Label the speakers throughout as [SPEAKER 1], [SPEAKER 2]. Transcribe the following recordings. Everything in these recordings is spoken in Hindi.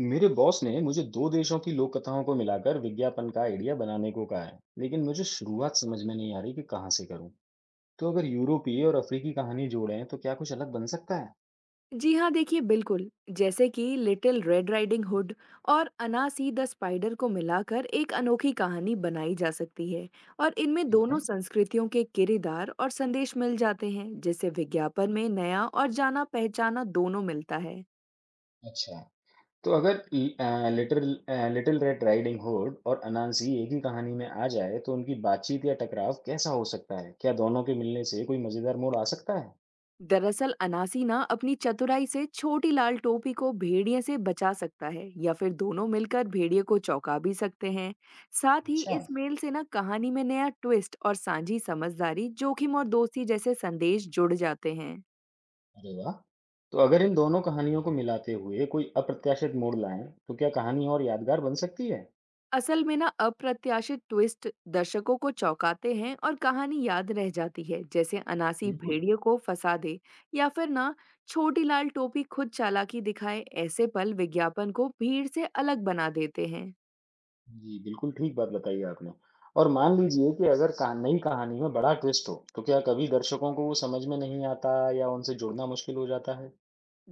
[SPEAKER 1] मेरे बॉस ने मुझे दो देशों की लोक कथाओं को मिलाकर विज्ञापन का आइडिया बनाने को कहा है लेकिन मुझे शुरुआत समझ में नहीं आ रही कि कहाँ से करूँ। तो अगर यूरोपीय और अफ्रीकी कहानी जोड़ें तो क्या कुछ अलग बन सकता है।
[SPEAKER 2] जी हाँ देखिए बिल्कुल। जैसे कि लिटिल रेड राइडिंग हुड और अनासी द स्पाइडर को मिलाकर एक अनोखी कहानी बनाई जा सकती है। और इनमें
[SPEAKER 1] ठीक है।
[SPEAKER 2] दोनों संस्कृतियों के किरदार और संदेश मिल जाते हैं, जिससे विज्ञापन में नया और जाना पहचाना दोनों मिलता है।
[SPEAKER 1] अच्छा। तो अगर little little red riding hood और अनांसी एक ही कहानी में आ जाए तो उनकी बातचीत या टकराव कैसा हो सकता है? क्या दोनों के मिलने से कोई मजेदार मोड़ आ सकता है?
[SPEAKER 2] दरअसल अनासी ना अपनी चतुराई से छोटी लाल टोपी को भेड़िए से बचा सकता है या फिर दोनों मिलकर भेड़िए को चौंका भी सकते हैं। साथ ही
[SPEAKER 1] अच्छा।
[SPEAKER 2] इस मेल से ना कहानी में नया ट्विस्ट और साझी समझदारी, जोखिम और दोस्ती जैसे संदेश जुड़ जाते हैं।
[SPEAKER 1] अरे वाह। तो अगर इन दोनों कहानियों को मिलाते हुए कोई अप्रत्याशित मोड़ लाएं तो क्या कहानी और यादगार बन सकती है?
[SPEAKER 2] असल में ना अप्रत्याशित ट्विस्ट दर्शकों को चौंकाते हैं और कहानी याद रह जाती है, जैसे अनासी
[SPEAKER 1] बिल्कुल।
[SPEAKER 2] भेड़िए को फंसा दे या फिर ना छोटी लाल टोपी खुद चालाकी दिखाए। ऐसे पल विज्ञापन को भीड़ से अलग बना देते हैं।
[SPEAKER 1] जी, बिल्कुल ठीक बात बताई आपने। और मान लीजिए कि अगर कहा नई कहानी में बड़ा ट्विस्ट हो, तो क्या कभी दर्शकों को वो समझ में नहीं आता या उनसे जुड़ना मुश्किल हो जाता है?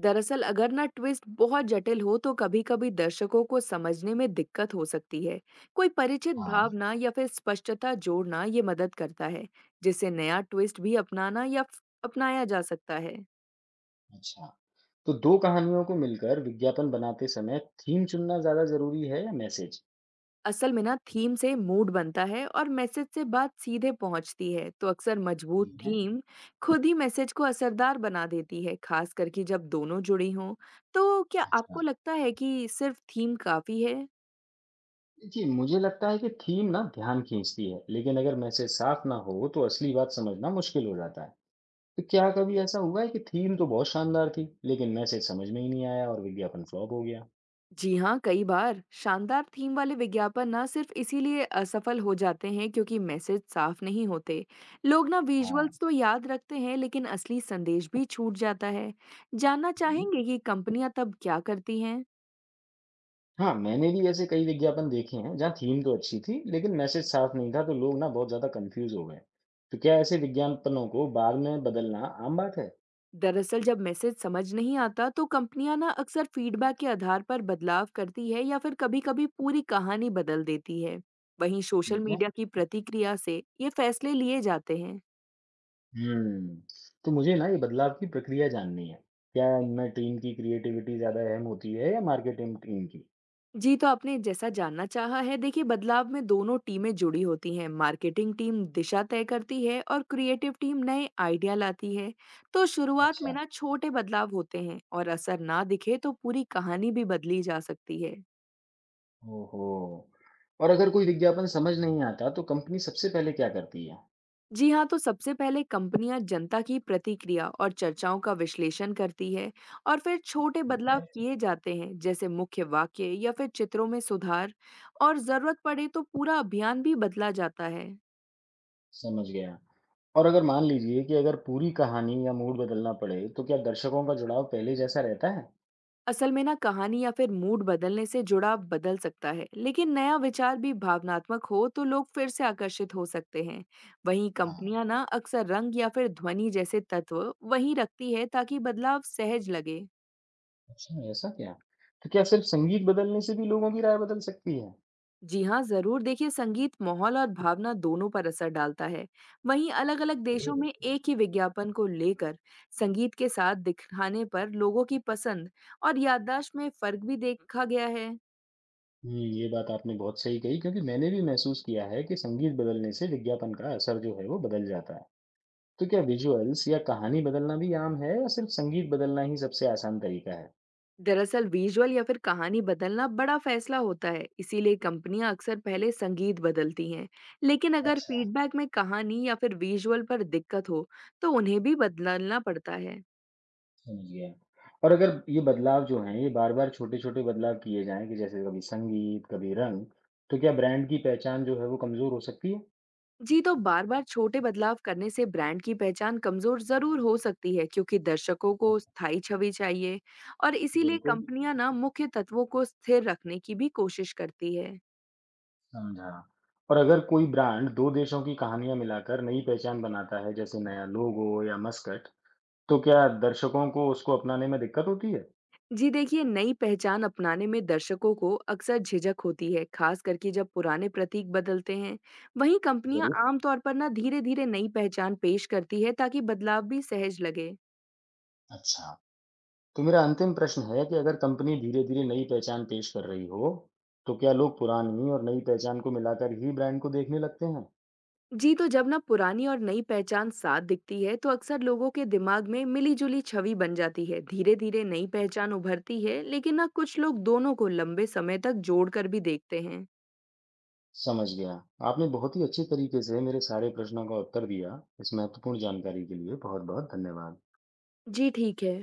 [SPEAKER 2] दरअसल अगर ना ट्विस्ट बहुत जटिल हो तो कभी-कभी दर्शकों को समझने में दिक्कत हो सकती है। कोई परिचित
[SPEAKER 1] हाँ।
[SPEAKER 2] भावना या फिर स्पष्टता जोड़ना ये मदद करता है, जिससे नया ट्विस्ट भी अपनाना या अपनाया जा सकता है।
[SPEAKER 1] अच्छा, तो 2 कहानियों को मिलकर विज्ञापन बनाते समय थीम चुनना ज़्यादा ज़रूरी है या मैसेज?
[SPEAKER 2] असल में ना थीम से मूड बनता है और मैसेज से बात सीधे पहुंचती है, तो अक्सर मजबूत
[SPEAKER 1] ठीक है।
[SPEAKER 2] थीम खुद ही मैसेज को असरदार बना देती है, खास करके जब दोनों जुड़ी हों। तो क्या
[SPEAKER 1] अच्छा।
[SPEAKER 2] आपको लगता है कि सिर्फ थीम काफी है?
[SPEAKER 1] देखिए, मुझे लगता है कि थीम ना ध्यान खींचती है, लेकिन अगर मैसेज साफ ना हो, तो असली बात समझना मुश्किल हो जाता है। तो क्या कभी ऐसा हुआ है कि थीम तो बहुत शानदार थी, लेकिन मैसेज समझ में ही नहीं आया और विज्ञापन फ्लॉप हो गया?
[SPEAKER 2] जी हाँ, कई बार शानदार थीम वाले विज्ञापन ना सिर्फ इसीलिए असफल हो जाते हैं क्योंकि मैसेज साफ नहीं होते। लोग ना
[SPEAKER 1] हाँ।
[SPEAKER 2] विजुअल्स तो याद रखते हैं लेकिन असली संदेश भी छूट जाता है। जानना
[SPEAKER 1] हुँ।
[SPEAKER 2] चाहेंगे कि कंपनियां तब क्या करती हैं?
[SPEAKER 1] हाँ, मैंने भी ऐसे कई विज्ञापन देखे हैं जहाँ थीम तो अच्छी थी, लेकिन मैसेज साफ नहीं था तो लोग ना बहुत ज़्यादा कंफ्यूज हो गए। तो क्या ऐसे विज्ञापनों को बाद में बदलना आम बात है?
[SPEAKER 2] दरअसल जब मैसेज समझ नहीं आता तो कंपनियां ना अक्सर फीडबैक के आधार पर बदलाव करती है या फिर कभी-कभी पूरी कहानी बदल देती है। वहीं सोशल
[SPEAKER 1] ठीक है।
[SPEAKER 2] मीडिया की प्रतिक्रिया से ये फैसले लिए जाते हैं।
[SPEAKER 1] हम्म, तो मुझे ना ये बदलाव की प्रक्रिया जाननी है। क्या इनमें टीम की क्रिएटिविटी ज़्यादा अहम होती है या मार्केटिंग टीम की?
[SPEAKER 2] जी, तो आपने जैसा जानना चाहा है, देखिए बदलाव में दोनों टीमें जुड़ी होती हैं। मार्केटिंग टीम दिशा तय करती है और क्रिएटिव टीम नए आइडिया लाती है। तो शुरुआत में
[SPEAKER 1] अच्छा।
[SPEAKER 2] ना छोटे बदलाव होते हैं और असर ना दिखे तो पूरी कहानी भी बदली जा सकती है।
[SPEAKER 1] ओहो! और अगर कोई विज्ञापन समझ नहीं आता तो कंपनी सबसे पहले क्या करती है?
[SPEAKER 2] जी हाँ, तो सबसे पहले कंपनियां जनता की प्रतिक्रिया और चर्चाओं का विश्लेषण करती है और फिर छोटे
[SPEAKER 1] ठीक
[SPEAKER 2] बदलाव
[SPEAKER 1] है।
[SPEAKER 2] किए जाते हैं, जैसे मुख्य वाक्य या फिर चित्रों में सुधार, और जरूरत पड़े तो पूरा अभियान भी बदला जाता है।
[SPEAKER 1] समझ गया। और अगर मान लीजिए कि अगर पूरी कहानी या मूड बदलना पड़े, तो क्या दर्शकों का जुड़ाव पहले जैसा रहता है?
[SPEAKER 2] असल में ना कहानी या फिर मूड बदलने से जुड़ाव बदल सकता है, लेकिन नया विचार भी भावनात्मक हो तो लोग फिर से आकर्षित हो सकते हैं। वहीं
[SPEAKER 1] हाँ।
[SPEAKER 2] कंपनियां ना अक्सर रंग या फिर ध्वनि जैसे तत्व वहीं रखती है, ताकि बदलाव सहज लगे।
[SPEAKER 1] अच्छा, ऐसा क्या? तो क्या सिर्फ संगीत बदलने से भी लोगों की राय बदल सकती है?
[SPEAKER 2] जी हाँ जरूर, देखिए संगीत माहौल और भावना दोनों पर असर डालता है। वहीं अलग अलग देशों
[SPEAKER 1] ज़रूर।
[SPEAKER 2] में एक ही विज्ञापन को लेकर संगीत के साथ दिखाने पर लोगों की पसंद और याददाश्त में फर्क भी देखा गया है।
[SPEAKER 1] हुँ, ये बात आपने बहुत सही कही क्योंकि मैंने भी महसूस किया है कि संगीत बदलने से विज्ञापन का असर जो है, वो बदल जाता है। तो क्या विजुअल्स या कहानी बदलना भी आम है या सिर्फ संगीत बदलना ही सबसे आसान तरीका है?
[SPEAKER 2] दरअसल विजुअल या फिर कहानी बदलना बड़ा फैसला होता है, इसीलिए कंपनियां अक्सर पहले संगीत बदलती हैं। लेकिन अगर
[SPEAKER 1] अच्छा।
[SPEAKER 2] फीडबैक में कहानी या फिर विजुअल पर दिक्कत हो तो उन्हें भी बदलना पड़ता है।
[SPEAKER 1] समझ गया। और अगर ये बदलाव जो हैं, ये बार-बार छोटे-छोटे बदलाव किए जाएँ कि जैसे कभी संगीत, कभी रंग, तो क्या ब्रांड की पहचान जो है वो कमज़ोर हो सकती है?
[SPEAKER 2] जी, तो बार बार छोटे बदलाव करने से ब्रांड की पहचान कमजोर जरूर हो सकती है, क्योंकि दर्शकों को स्थायी छवि चाहिए। और इसीलिए
[SPEAKER 1] बिल्कुल।
[SPEAKER 2] कंपनियां ना मुख्य तत्वों को स्थिर रखने की भी कोशिश करती है।
[SPEAKER 1] समझा। और अगर कोई ब्रांड 2 देशों की कहानियाँ मिलाकर नई पहचान बनाता है, जैसे नया लोगो या मस्कट, तो क्या दर्शकों को उसको अपनाने में दिक्कत होती है?
[SPEAKER 2] जी देखिए, नई पहचान अपनाने में दर्शकों को अक्सर झिझक होती है, खास करके जब पुराने प्रतीक बदलते हैं। वहीं कंपनियां
[SPEAKER 1] ज़रूर।
[SPEAKER 2] आमतौर पर ना धीरे धीरे नई पहचान पेश करती है, ताकि बदलाव भी सहज लगे।
[SPEAKER 1] अच्छा। तो मेरा अंतिम प्रश्न है कि अगर कंपनी धीरे-धीरे नई पहचान पेश कर रही हो, तो क्या लोग पुरानी और नई पहचान को मिलाकर ही ब्रांड को देखने लगते हैं?
[SPEAKER 2] जी, तो जब ना पुरानी और नई पहचान साथ दिखती है तो अक्सर लोगों के दिमाग में मिली जुली छवि बन जाती है। धीरे धीरे नई पहचान उभरती है, लेकिन ना कुछ लोग दोनों को लंबे समय तक जोड़कर भी देखते हैं।
[SPEAKER 1] समझ गया। आपने बहुत ही अच्छे तरीके से मेरे सारे प्रश्नों का उत्तर दिया। इस महत्वपूर्ण जानकारी के लिए बहुत-बहुत धन्यवाद।
[SPEAKER 2] जी ठीक है।